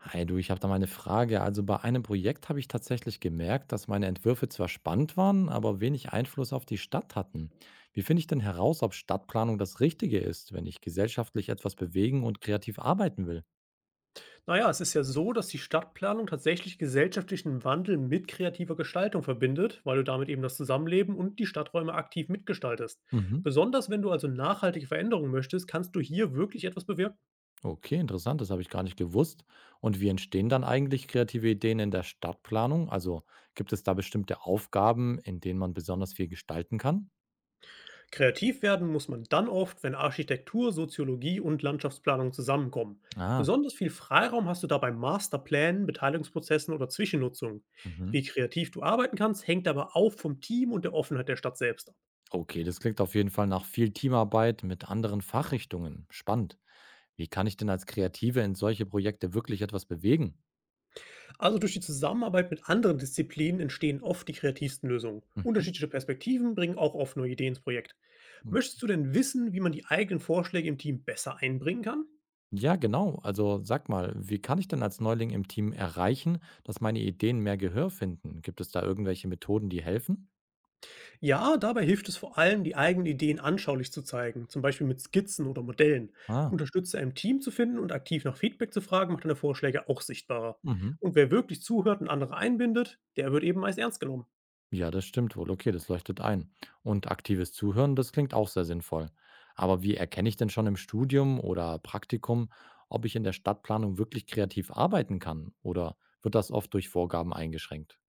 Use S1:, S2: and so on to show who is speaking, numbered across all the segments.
S1: Hi du, ich habe da mal 'ne Frage. Also bei einem Projekt habe ich tatsächlich gemerkt, dass meine Entwürfe zwar spannend waren, aber wenig Einfluss auf die Stadt hatten. Wie finde ich denn heraus, ob Stadtplanung das Richtige ist, wenn ich gesellschaftlich etwas bewegen und kreativ arbeiten will?
S2: Na ja, es ist ja so, dass die Stadtplanung tatsächlich gesellschaftlichen Wandel mit kreativer Gestaltung verbindet, weil du damit eben das Zusammenleben und die Stadträume aktiv mitgestaltest.
S1: Mhm.
S2: Besonders wenn du also nachhaltige Veränderungen möchtest, kannst du hier wirklich etwas bewirken.
S1: Okay, interessant, das habe ich gar nicht gewusst. Und wie entstehen dann eigentlich kreative Ideen in der Stadtplanung? Also gibt es da bestimmte Aufgaben, in denen man besonders viel gestalten kann?
S2: Kreativ werden muss man dann oft, wenn Architektur, Soziologie und Landschaftsplanung zusammenkommen.
S1: Ah,
S2: Besonders viel Freiraum hast du dabei Masterplänen, Beteiligungsprozessen oder Zwischennutzungen.
S1: mhm.
S2: Wie kreativ du arbeiten kannst, hängt aber auch vom Team und der Offenheit der Stadt selbst ab.
S1: Okay, das klingt auf jeden Fall nach viel Teamarbeit mit anderen Fachrichtungen. Spannend. Wie kann ich denn als Kreative in solche Projekte wirklich etwas bewegen?
S2: Also durch die Zusammenarbeit mit anderen Disziplinen entstehen oft die kreativsten Lösungen.
S1: Mhm.
S2: Unterschiedliche Perspektiven bringen auch oft neue Ideen ins Projekt.
S1: Hm.
S2: Möchtest du denn wissen, wie man die eigenen Vorschläge im Team besser einbringen kann?
S1: Ja, genau. Also sag mal, wie kann ich denn als Neuling im Team erreichen, dass meine Ideen mehr Gehör finden? Gibt es da irgendwelche Methoden, die helfen?
S2: Ja, dabei hilft es vor allem, die eigenen Ideen anschaulich zu zeigen, zum Beispiel mit Skizzen oder Modellen.
S1: Ah,
S2: Unterstützer im Team zu finden und aktiv nach Feedback zu fragen, macht deine Vorschläge auch sichtbarer.
S1: mhm.
S2: Und wer wirklich zuhört und andere einbindet, der wird eben meist ernst genommen.
S1: Ja, das stimmt wohl. Okay, das leuchtet ein. Und aktives Zuhören, das klingt auch sehr sinnvoll. Aber wie erkenne ich denn schon im Studium oder Praktikum, ob ich in der Stadtplanung wirklich kreativ arbeiten kann? Oder wird das oft durch Vorgaben eingeschränkt?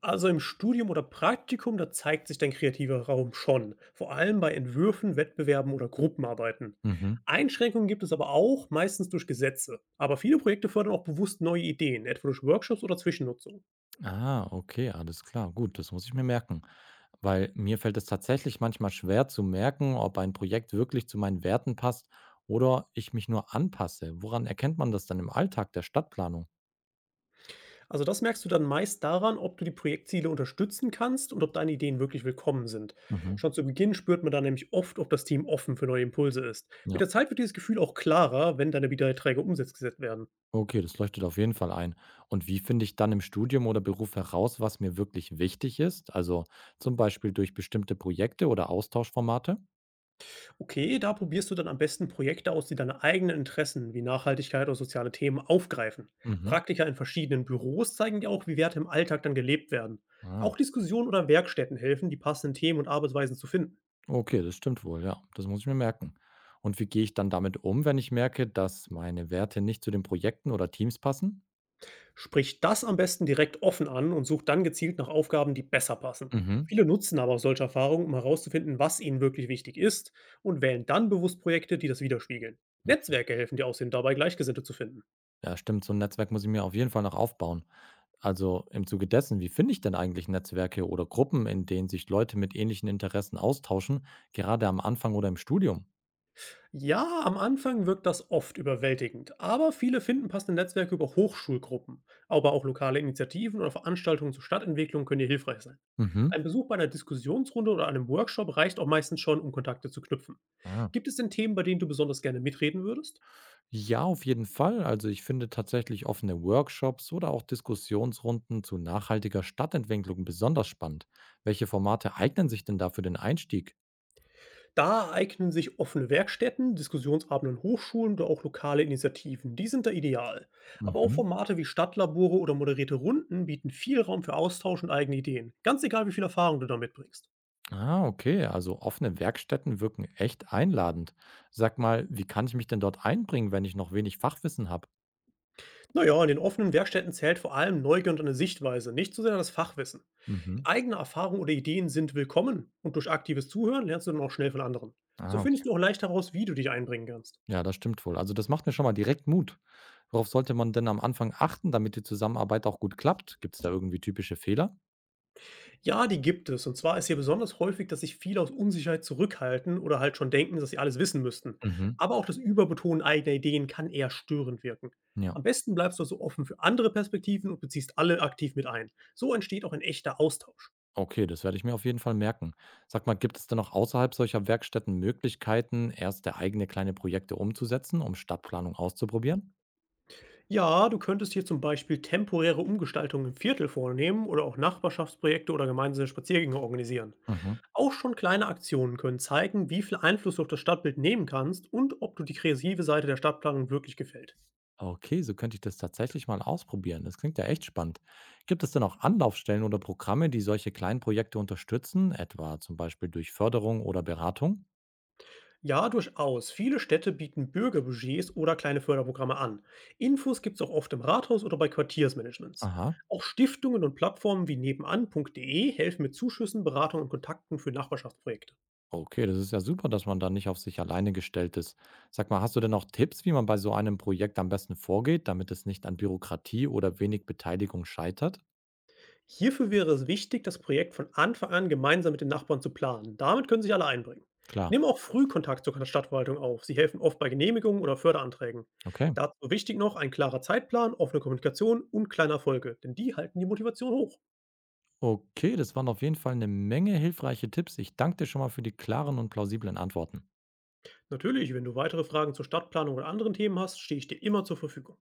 S2: Also im Studium oder Praktikum, da zeigt sich dein kreativer Raum schon, vor allem bei Entwürfen, Wettbewerben oder Gruppenarbeiten.
S1: Mhm.
S2: Einschränkungen gibt es aber auch, meistens durch Gesetze. Aber viele Projekte fördern auch bewusst neue Ideen, etwa durch Workshops oder Zwischennutzung.
S1: Ah, okay, alles klar. Gut, das muss ich mir merken. Weil mir fällt es tatsächlich manchmal schwer zu merken, ob ein Projekt wirklich zu meinen Werten passt oder ich mich nur anpasse. Woran erkennt man das dann im Alltag der Stadtplanung?
S2: Also das merkst du dann meist daran, ob du die Projektziele unterstützen kannst und ob deine Ideen wirklich willkommen sind.
S1: Mhm.
S2: Schon zu Beginn spürt man dann nämlich oft, ob das Team offen für neue Impulse ist. Mit
S1: Ja,
S2: der Zeit wird dieses Gefühl auch klarer, wenn deine Beiträge umgesetzt werden.
S1: okay, das leuchtet auf jeden Fall ein. Und wie finde ich dann im Studium oder Beruf heraus, was mir wirklich wichtig ist? Also zum Beispiel durch bestimmte Projekte oder Austauschformate?
S2: Okay, da probierst du dann am besten Projekte aus, die deine eigenen Interessen wie Nachhaltigkeit oder soziale Themen aufgreifen.
S1: Mhm.
S2: Praktika in verschiedenen Büros zeigen dir auch, wie Werte im Alltag dann gelebt werden.
S1: Ah.
S2: Auch Diskussionen oder Werkstätten helfen, die passenden Themen und Arbeitsweisen zu finden.
S1: Okay, das stimmt wohl, ja. Das muss ich mir merken. Und wie gehe ich dann damit um, wenn ich merke, dass meine Werte nicht zu den Projekten oder Teams passen?
S2: Sprich das am besten direkt offen an und such dann gezielt nach Aufgaben, die besser passen.
S1: Mhm.
S2: Viele nutzen aber auch solche Erfahrungen, um herauszufinden, was ihnen wirklich wichtig ist und wählen dann bewusst Projekte, die das widerspiegeln. Netzwerke helfen dir außerdem dabei, Gleichgesinnte zu finden.
S1: Ja, stimmt, so ein Netzwerk muss ich mir auf jeden Fall noch aufbauen. Also, im Zuge dessen, wie finde ich denn eigentlich Netzwerke oder Gruppen, in denen sich Leute mit ähnlichen Interessen austauschen, gerade am Anfang oder im Studium?
S2: Ja, am Anfang wirkt das oft überwältigend, aber viele finden passende Netzwerke über Hochschulgruppen, aber auch lokale Initiativen oder Veranstaltungen zur Stadtentwicklung können hier hilfreich sein.
S1: Mhm.
S2: Ein Besuch bei einer Diskussionsrunde oder einem Workshop reicht auch meistens schon, um Kontakte zu knüpfen.
S1: Ah.
S2: Gibt es denn Themen, bei denen du besonders gerne mitreden würdest?
S1: Ja, auf jeden Fall. Also ich finde tatsächlich offene Workshops oder auch Diskussionsrunden zu nachhaltiger Stadtentwicklung besonders spannend. Welche Formate eignen sich denn da für den Einstieg?
S2: Da eignen sich offene Werkstätten, Diskussionsabenden an Hochschulen oder auch lokale Initiativen. Die sind da ideal. Aber auch
S1: Mhm.
S2: Formate wie Stadtlabore oder moderierte Runden bieten viel Raum für Austausch und eigene Ideen, ganz egal wie viel Erfahrung du da mitbringst.
S1: Ah, okay. Also offene Werkstätten wirken echt einladend. Sag mal, wie kann ich mich denn dort einbringen, wenn ich noch wenig Fachwissen habe?
S2: Na ja, in den offenen Werkstätten zählt vor allem Neugier und eine Sichtweise, nicht so sehr das Fachwissen.
S1: Mhm.
S2: Eigene Erfahrungen oder Ideen sind willkommen und durch aktives Zuhören lernst du dann auch schnell von anderen. So
S1: Ah,
S2: findest
S1: okay.
S2: du auch leicht heraus, wie du dich einbringen kannst.
S1: Ja, das stimmt wohl. Also das macht mir schon mal direkt Mut. Worauf sollte man denn am Anfang achten, damit die Zusammenarbeit auch gut klappt? Gibt es da irgendwie typische Fehler?
S2: Ja, die gibt es. Und zwar ist hier besonders häufig, dass sich viele aus Unsicherheit zurückhalten oder halt schon denken, dass sie alles wissen müssten.
S1: Mhm.
S2: Aber auch das Überbetonen eigener Ideen kann eher störend wirken.
S1: Ja.
S2: Am besten bleibst du also offen für andere Perspektiven und beziehst alle aktiv mit ein. So entsteht auch ein echter Austausch.
S1: Okay, das werde ich mir auf jeden Fall merken. Sag mal, gibt es denn noch außerhalb solcher Werkstätten Möglichkeiten, erste eigene kleine Projekte umzusetzen, um Stadtplanung auszuprobieren?
S2: Ja, du könntest hier zum Beispiel temporäre Umgestaltungen im Viertel vornehmen oder auch Nachbarschaftsprojekte oder gemeinsame Spaziergänge organisieren.
S1: Mhm.
S2: Auch schon kleine Aktionen können zeigen, wie viel Einfluss du auf das Stadtbild nehmen kannst und ob du die kreative Seite der Stadtplanung wirklich gefällt.
S1: Okay, so könnte ich das tatsächlich mal ausprobieren. Das klingt ja echt spannend. Gibt es denn auch Anlaufstellen oder Programme, die solche kleinen Projekte unterstützen, etwa zum Beispiel durch Förderung oder Beratung?
S2: Ja, durchaus. Viele Städte bieten Bürgerbudgets oder kleine Förderprogramme an. Infos gibt's auch oft im Rathaus oder bei Quartiersmanagements.
S1: Aha.
S2: Auch Stiftungen und Plattformen wie nebenan.de helfen mit Zuschüssen, Beratung und Kontakten für Nachbarschaftsprojekte.
S1: Okay, das ist ja super, dass man da nicht auf sich alleine gestellt ist. Sag mal, hast du denn auch Tipps, wie man bei so einem Projekt am besten vorgeht, damit es nicht an Bürokratie oder wenig Beteiligung scheitert?
S2: Hierfür wäre es wichtig, das Projekt von Anfang an gemeinsam mit den Nachbarn zu planen. Damit können sich alle einbringen.
S1: Klar,
S2: Nimm auch früh Kontakt zur Stadtverwaltung auf. Sie helfen oft bei Genehmigungen oder Förderanträgen.
S1: okay.
S2: Dazu wichtig noch ein klarer Zeitplan, offene Kommunikation und kleine Erfolge, denn die halten die Motivation hoch.
S1: Okay, das waren auf jeden Fall eine Menge hilfreiche Tipps. Ich danke dir schon mal für die klaren und plausiblen Antworten.
S2: Natürlich, wenn du weitere Fragen zur Stadtplanung oder anderen Themen hast, stehe ich dir immer zur Verfügung.